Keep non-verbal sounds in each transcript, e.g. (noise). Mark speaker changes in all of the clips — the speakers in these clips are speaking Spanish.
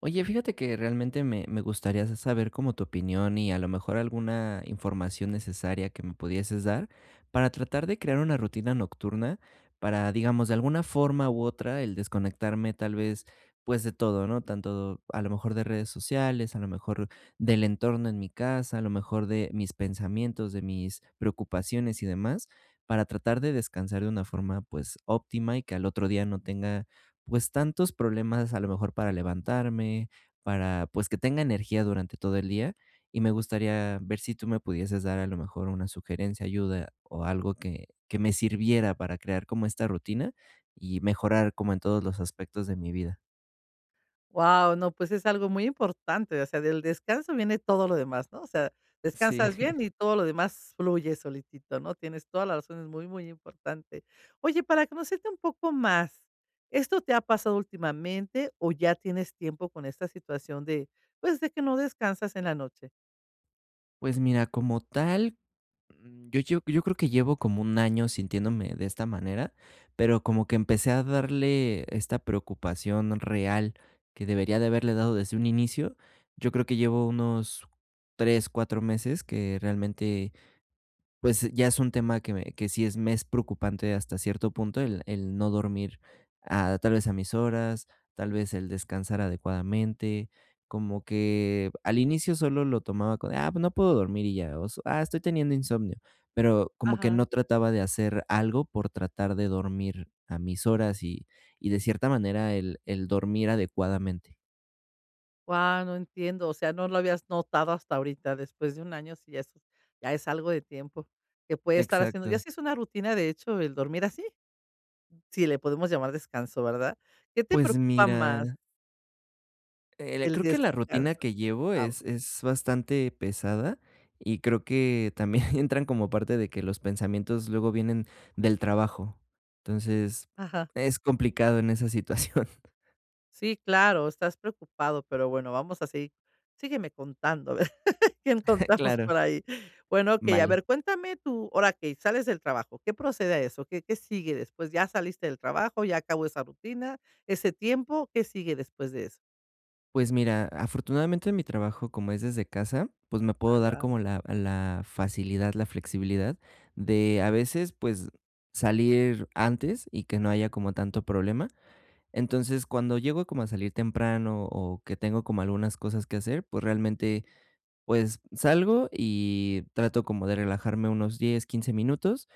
Speaker 1: Oye, fíjate que realmente me gustaría saber como tu opinión y a lo mejor alguna información necesaria que me pudieses dar para tratar de crear una rutina nocturna para, digamos, de alguna forma u otra, el desconectarme tal vez pues de todo, ¿no? Tanto a lo mejor de redes sociales, a lo mejor del entorno en mi casa, a lo mejor de mis pensamientos, de mis preocupaciones y demás, para tratar de descansar de una forma pues óptima y que al otro día no tenga pues tantos problemas a lo mejor para levantarme, para pues que tenga energía durante todo el día y me gustaría ver si tú me pudieses dar a lo mejor una sugerencia, ayuda o algo que me sirviera para crear como esta rutina y mejorar como en todos los aspectos de mi vida.
Speaker 2: Wow, no, pues es algo muy importante, o sea, del descanso viene todo lo demás, ¿no? O sea,
Speaker 1: Sí.
Speaker 2: descansas. Sí. Bien
Speaker 1: (laughs)
Speaker 2: y todo lo demás fluye solitito, ¿no? Tienes toda la razón, es muy, muy importante. Oye, para conocerte un poco más, ¿esto te ha pasado últimamente o ya tienes tiempo con esta situación de, pues, de que no descansas en la noche?
Speaker 1: Pues mira, como tal, yo creo que llevo como un año sintiéndome de esta manera, pero como que empecé a darle esta preocupación real que debería de haberle dado desde un inicio. Yo creo que llevo unos 3 4 meses que realmente pues ya es un tema que me que sí es me es preocupante hasta cierto punto el no dormir a tal vez a mis horas, tal vez el descansar adecuadamente, como que al inicio solo lo tomaba con: "Ah, pues no puedo dormir y ya", o "Ah, estoy teniendo insomnio", pero como que no
Speaker 2: Ajá.
Speaker 1: trataba de hacer algo por tratar de dormir a mis horas y de cierta manera el dormir adecuadamente.
Speaker 2: Wow, no entiendo, o sea, no lo habías notado hasta ahorita, después de un año, sí, ya es algo de tiempo que puede estar haciendo. ¿Ya
Speaker 1: Exacto.
Speaker 2: sí es una rutina, de hecho, el dormir así? Sí, le podemos llamar descanso, ¿verdad? ¿Qué te
Speaker 1: Pues
Speaker 2: preocupa
Speaker 1: mira.
Speaker 2: más? El
Speaker 1: Creo que la rutina
Speaker 2: descanso.
Speaker 1: que llevo
Speaker 2: Ah,
Speaker 1: es
Speaker 2: va.
Speaker 1: es bastante pesada y creo que también (laughs) entran como parte de que los pensamientos luego vienen del trabajo. Entonces,
Speaker 2: Ajá.
Speaker 1: es complicado en esa situación.
Speaker 2: Sí, claro, estás preocupado, pero bueno, vamos a seguir. Sígueme contando, a ver (laughs) qué
Speaker 1: (laughs)
Speaker 2: encontramos
Speaker 1: Claro.
Speaker 2: por ahí. Bueno, okey, a
Speaker 1: Vale.
Speaker 2: ver, cuéntame tú, ahora que sales del trabajo, ¿qué procede a eso? ¿Qué sigue después? Ya saliste del trabajo, ya acabó esa rutina, ese tiempo, ¿qué sigue después de eso?
Speaker 1: Pues mira, afortunadamente mi trabajo, como es desde casa, pues me puedo
Speaker 2: Ah,
Speaker 1: dar
Speaker 2: va.
Speaker 1: como la facilidad, la flexibilidad de a veces, pues, salir antes y que no haya como tanto problema. Entonces, cuando llego como a salir temprano o que tengo como algunas cosas que hacer, pues realmente, pues salgo y trato como de relajarme unos 10, 15 minutos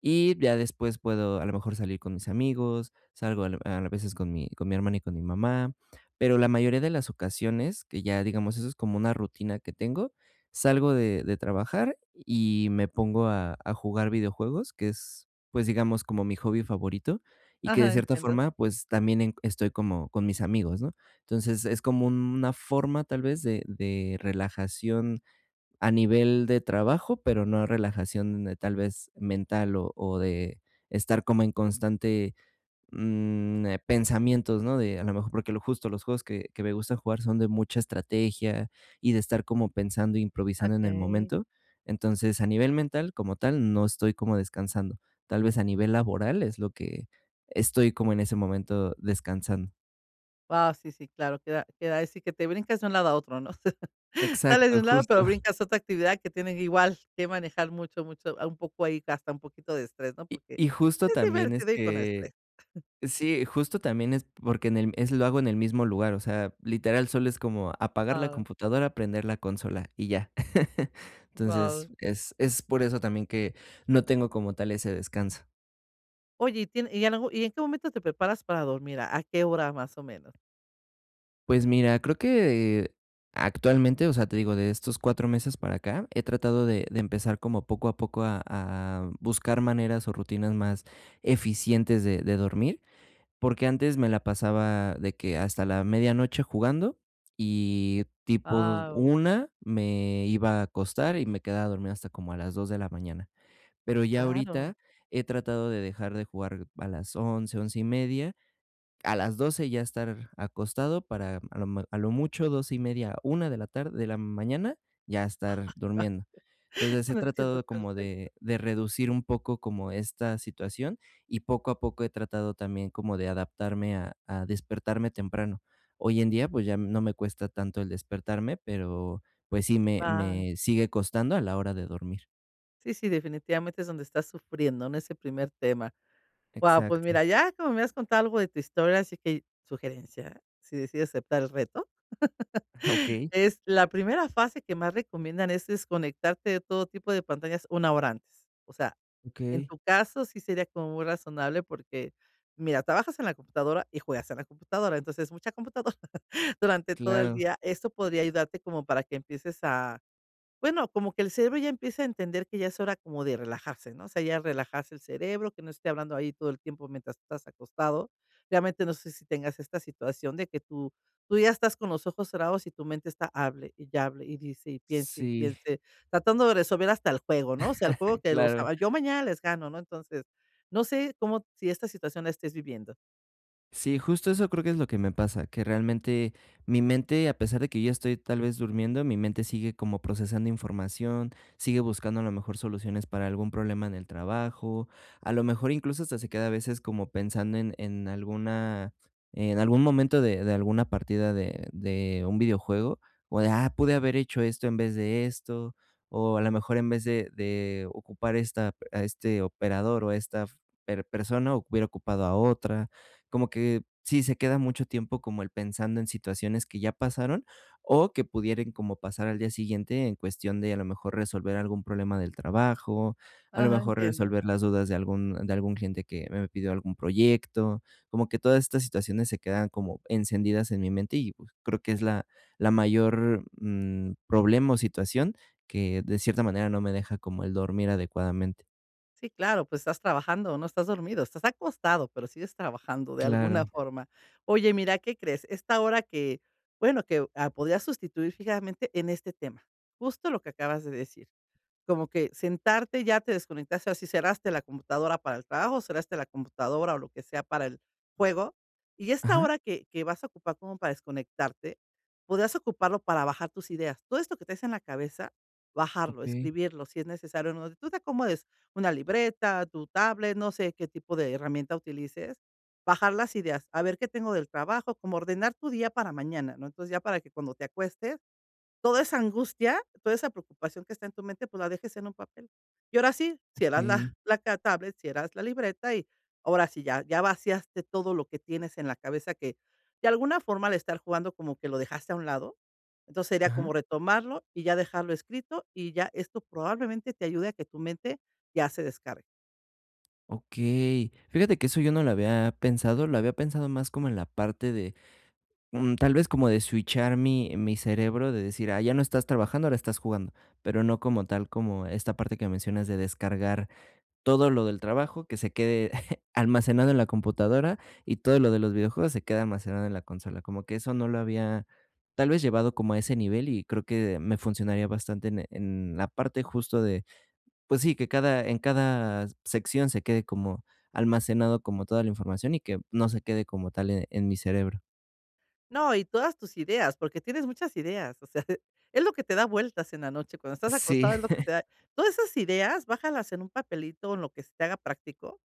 Speaker 1: y ya después puedo a lo mejor salir con mis amigos, salgo al a veces con mi hermana y con mi mamá, pero la mayoría de las ocasiones, que ya digamos, eso es como una rutina que tengo, salgo de trabajar y me pongo a jugar videojuegos, que es, pues, digamos, como mi hobby favorito, y que de
Speaker 2: Ajá,
Speaker 1: cierta
Speaker 2: entiendo.
Speaker 1: forma, pues, también en estoy como con mis amigos, ¿no? Entonces, es como una forma, tal vez, de relajación a nivel de trabajo, pero no relajación de tal vez mental o de estar como en constante, pensamientos, ¿no? De a lo mejor porque lo justo los juegos que me gustan jugar son de mucha estrategia y de estar como pensando, e improvisando en el
Speaker 2: Okey.
Speaker 1: momento. Entonces, a nivel mental, como tal, no estoy como descansando. Tal vez a nivel laboral es lo que estoy como en ese momento descansando.
Speaker 2: Wow, sí, sí, claro, queda ahí sí que te brincas de un lado a otro, ¿no? (laughs) Sales de
Speaker 1: Exacto,
Speaker 2: un lado,
Speaker 1: justo.
Speaker 2: pero brincas a otra actividad que tienen igual que manejar mucho, mucho, un poco ahí, hasta un poquito de estrés, ¿no?
Speaker 1: Y
Speaker 2: Porque
Speaker 1: justo
Speaker 2: es
Speaker 1: también es
Speaker 2: divertido y con
Speaker 1: que.
Speaker 2: estrés.
Speaker 1: Sí, justo también es porque en el es lo hago en el mismo lugar, o sea, literal solo es como apagar la
Speaker 2: Ah,
Speaker 1: computadora, prender la consola y ya. (laughs) Entonces,
Speaker 2: guau.
Speaker 1: es por eso también que no tengo como tal ese descanso.
Speaker 2: Oye, ¿y tiene en algún en qué momento te preparas para dormir? ¿A qué hora más o menos?
Speaker 1: Pues mira, creo que actualmente, o sea, te digo, de estos 4 meses para acá, he tratado de empezar como poco a poco a buscar maneras o rutinas más eficientes de dormir. Porque antes me la pasaba de que hasta la medianoche jugando y tipo
Speaker 2: Guau,
Speaker 1: una me iba a acostar y me quedaba a dormir hasta como a las 2 de la mañana. Pero ya
Speaker 2: claro.
Speaker 1: ahorita he tratado de dejar de jugar a las 11, 11:30, a las 12 ya estar acostado para a lo mucho 12 y media, 1 de la mañana, ya estar durmiendo.
Speaker 2: (laughs)
Speaker 1: Entonces, he
Speaker 2: Lo entiendo
Speaker 1: tratado como
Speaker 2: perfecto.
Speaker 1: de reducir un poco como esta situación y poco a poco he tratado también como de adaptarme a despertarme temprano. Hoy en día, pues, ya no me cuesta tanto el despertarme, pero, pues, sí me
Speaker 2: Guau.
Speaker 1: me sigue costando a la hora de dormir.
Speaker 2: Sí, sí, definitivamente es donde estás sufriendo, ¿no? Ese primer tema. Wow, pues
Speaker 1: Exacto.
Speaker 2: mira, ya como me has contado algo de tu historia, así que sugerencia, si decides aceptar el reto,
Speaker 1: (laughs)
Speaker 2: (laughs)
Speaker 1: Okey.
Speaker 2: es la primera fase que más recomiendan es desconectarte de todo tipo de pantallas una hora antes. O sea, en
Speaker 1: Okey.
Speaker 2: tu caso sí sería como muy razonable porque, mira, trabajas en la computadora y juegas en la computadora, entonces mucha computadora (laughs) durante todo el
Speaker 1: Claro.
Speaker 2: día. Esto podría ayudarte como para que empieces a bueno, como que el cerebro ya empieza a entender que ya es hora como de relajarse, ¿no? O sea, ya relajarse el cerebro, que no esté hablando ahí todo el tiempo mientras estás acostado. Realmente no sé si tengas esta situación de que tú ya estás con los ojos cerrados y tu mente está hable y ya hable y dice y
Speaker 1: Sí,
Speaker 2: piense, tratando de resolver hasta el juego, ¿no? O sea, el juego
Speaker 1: (laughs)
Speaker 2: que los
Speaker 1: claro.
Speaker 2: aba yo mañana les gano, ¿no? Entonces, no sé cómo si esta situación la estés viviendo.
Speaker 1: Sí, justo eso creo que es lo que me pasa, que realmente mi mente, a pesar de que yo estoy tal vez durmiendo, mi mente sigue como procesando información, sigue buscando a lo mejor soluciones para algún problema en el trabajo, a lo mejor incluso hasta se queda a veces como pensando en alguna, en algún momento de alguna partida de un videojuego, o pude haber hecho esto en vez de esto, o a lo mejor en vez de ocupar a este operador o a esta persona, hubiera ocupado a otra como que sí, se queda mucho tiempo como el pensando en situaciones que ya pasaron, o que pudieran como pasar al día siguiente en cuestión de, a lo mejor, resolver algún problema del trabajo, a lo
Speaker 2: Ajá,
Speaker 1: mejor
Speaker 2: entiendo.
Speaker 1: resolver las dudas de algún cliente que me pidió algún proyecto. Como que todas estas situaciones se quedan como encendidas en mi mente y, pues, creo que es la mayor, problema o situación que, de cierta manera, no me deja como el dormir adecuadamente.
Speaker 2: Sí, claro, pues estás trabajando, no estás dormido, estás acostado, pero sigues trabajando de alguna
Speaker 1: Claro.
Speaker 2: forma. Oye, mira, ¿qué crees? Esta hora que, bueno, que podrías sustituir fijamente en este tema, justo lo que acabas de decir. Como que sentarte, ya te desconectaste, así cerraste la computadora para el trabajo, cerraste la computadora o lo que sea para el juego, y esta
Speaker 1: Ajá.
Speaker 2: hora que vas a ocupar como para desconectarte, podrías ocuparlo para bajar tus ideas. Todo esto que traes en la cabeza, bajarlo,
Speaker 1: Okey,
Speaker 2: escribirlo, si es necesario, no donde tú te acomodes, una libreta, tu tablet, no sé qué tipo de herramienta utilices, bajar las ideas, a ver qué tengo del trabajo, como ordenar tu día para mañana, ¿no? Entonces, ya para que cuando te acuestes, toda esa angustia, toda esa preocupación que está en tu mente, pues la dejes en un papel. Y ahora sí, cierras la
Speaker 1: okey.
Speaker 2: (laughs) la ca tablet, cierras la libreta y ahora sí ya vaciaste todo lo que tienes en la cabeza que, de alguna forma, al estar jugando como que lo dejaste a un lado. Entonces, sería
Speaker 1: Ajá.
Speaker 2: como retomarlo y ya dejarlo escrito, y ya esto probablemente te ayude a que tu mente ya se descargue.
Speaker 1: Okey. Fíjate que eso yo no lo había pensado, lo había pensado más como en la parte de, tal vez como de switchar mi cerebro, de decir: "Ah, ya no estás trabajando, ahora estás jugando", pero no como tal, como esta parte que mencionas de descargar todo lo del trabajo que se quede (laughs) almacenado en la computadora y todo lo de los videojuegos se queda almacenado en la consola. Como que eso no lo había, tal vez, llevado como a ese nivel y creo que me funcionaría bastante en la parte justo de pues sí, que cada en cada sección se quede como almacenado como toda la información y que no se quede como tal en mi cerebro.
Speaker 2: No, y todas tus ideas, porque tienes muchas ideas, o sea, (laughs) es lo que te da vueltas en la noche, cuando estás
Speaker 1: Sí.
Speaker 2: acostado es lo que te da. Todas esas ideas, bájalas en un papelito, en lo que se te haga práctico,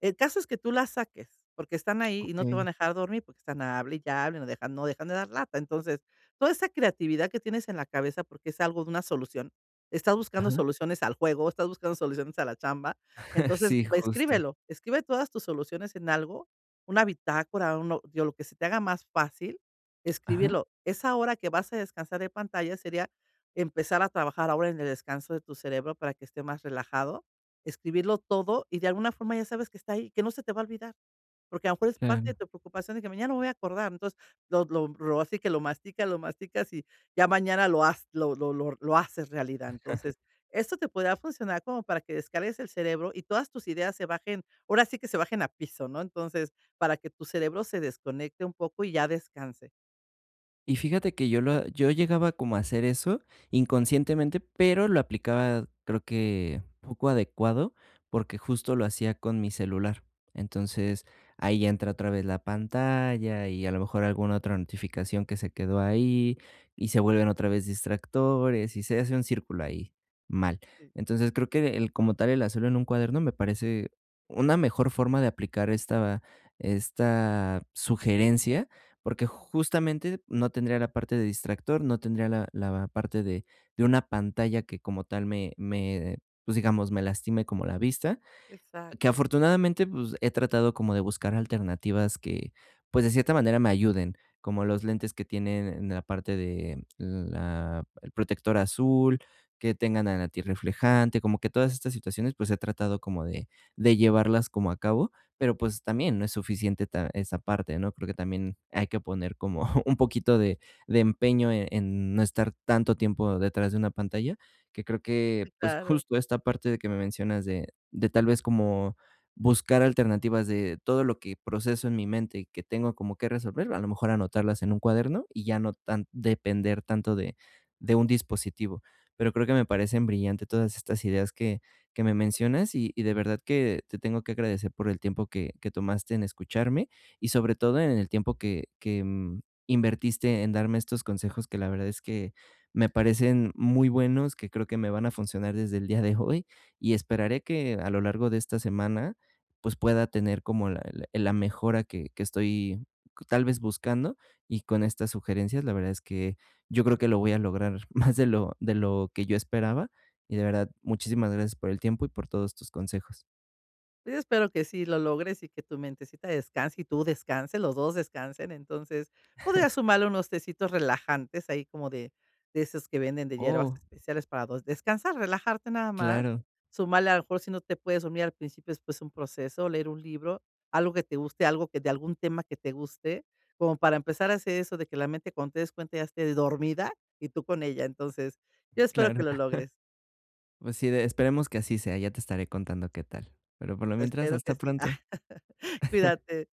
Speaker 2: el caso es que tú las saques, porque están
Speaker 1: (laughs)
Speaker 2: ahí y no te
Speaker 1: Okey.
Speaker 2: van a dejar dormir, porque están hable y ya hable, no dejan de dar lata. Entonces, toda esa creatividad que tienes en la cabeza, porque es algo de una solución, estás buscando
Speaker 1: Ajá.
Speaker 2: soluciones al juego, estás buscando soluciones a la chamba.
Speaker 1: (laughs)
Speaker 2: Entonces,
Speaker 1: Sí, justo.
Speaker 2: escríbelo, escribe todas tus soluciones en algo, una bitácora, uno, digo, lo que se te haga más fácil,
Speaker 1: Ajá,
Speaker 2: escribirlo. Esa hora que vas a descansar de pantalla sería empezar a trabajar ahora en el descanso de tu cerebro para que esté más relajado, escribirlo todo y de alguna forma ya sabes que está ahí, que no se te va a olvidar, porque a lo mejor es parte
Speaker 1: claro.
Speaker 2: de tu preocupación de que mañana me voy a acordar. Entonces, lo así que lo masticas y ya mañana lo haz lo haces realidad. Entonces, esto te podría funcionar como para que descargues el cerebro y todas tus ideas se bajen, ahora sí que se bajen a piso, ¿no? Entonces, para que tu cerebro se desconecte un poco y ya descanse.
Speaker 1: Y fíjate que yo llegaba como a hacer eso inconscientemente, pero lo aplicaba, creo que poco adecuado, porque justo lo hacía con mi celular. Entonces, ahí ya entra otra vez la pantalla y a lo mejor alguna otra notificación que se quedó ahí, y se vuelven otra vez distractores, y se hace un círculo ahí mal.
Speaker 2: Sim,
Speaker 1: Entonces, creo que el como tal el hacerlo en un cuaderno me parece una mejor forma de aplicar esta sugerencia porque justamente no tendría la parte de distractor, no tendría la parte de una pantalla que como tal pues, digamos, me lastime como la vista, que
Speaker 2: exato.
Speaker 1: afortunadamente, pues, he tratado como de buscar alternativas que, pues, de cierta manera me ayuden, como los lentes que tienen en la parte de la el protector azul, que tengan al antirreflejante, como que todas estas situaciones, pues, he tratado como de llevarlas como a cabo, pero, pues, también no es suficiente ta esa parte, ¿no? Creo que también hay que poner como (laughs) un poquito de empeño en no estar tanto tiempo detrás de una pantalla, que creo que, pues,
Speaker 2: Claro.
Speaker 1: justo esta parte de que me mencionas de tal vez como buscar alternativas de todo lo que proceso en mi mente y que tengo como que resolver, a lo mejor anotarlas en un cuaderno y ya no tan depender tanto de un dispositivo. Pero creo que me parecen brillantes todas estas ideas que me mencionas y de verdad que te tengo que agradecer por el tiempo que tomaste en escucharme y sobre todo en el tiempo que invertiste en darme estos consejos que la verdad es que me parecen muy buenos, que creo que me van a funcionar desde el día de hoy y esperaré que a lo largo de esta semana, pues, pueda tener como la mejora que estoy tal vez buscando, y con estas sugerencias, la verdad es que yo creo que lo voy a lograr (laughs) más de lo que yo esperaba, y de verdad, muchísimas gracias por el tiempo y por todos tus consejos.
Speaker 2: Pues, yo espero que sí lo logres y que tu mentecita descanse y tú descanses, los 2 descansen. Entonces, podrías sumarle unos tecitos relajantes ahí como de esos que venden de hierbas
Speaker 1: Oh,
Speaker 2: especiales para dos descansar, relajarte nada más.
Speaker 1: claro,
Speaker 2: Sumarle, a lo mejor, si no te puedes dormir al principio, después un proceso, leer un libro, algo que te guste, algo que de algún tema que te guste, como para empezar a hacer eso de que la mente, cuando te des cuenta, ya esté dormida y tú con ella. Entonces, yo espero
Speaker 1: claro.
Speaker 2: que lo
Speaker 1: (laughs)
Speaker 2: logres.
Speaker 1: Pues sí, de esperemos que así sea, ya te estaré contando qué tal. Pero por lo mientras,
Speaker 2: Espero
Speaker 1: hasta
Speaker 2: que sí.
Speaker 1: pronto.
Speaker 2: (laughs) Cuídate.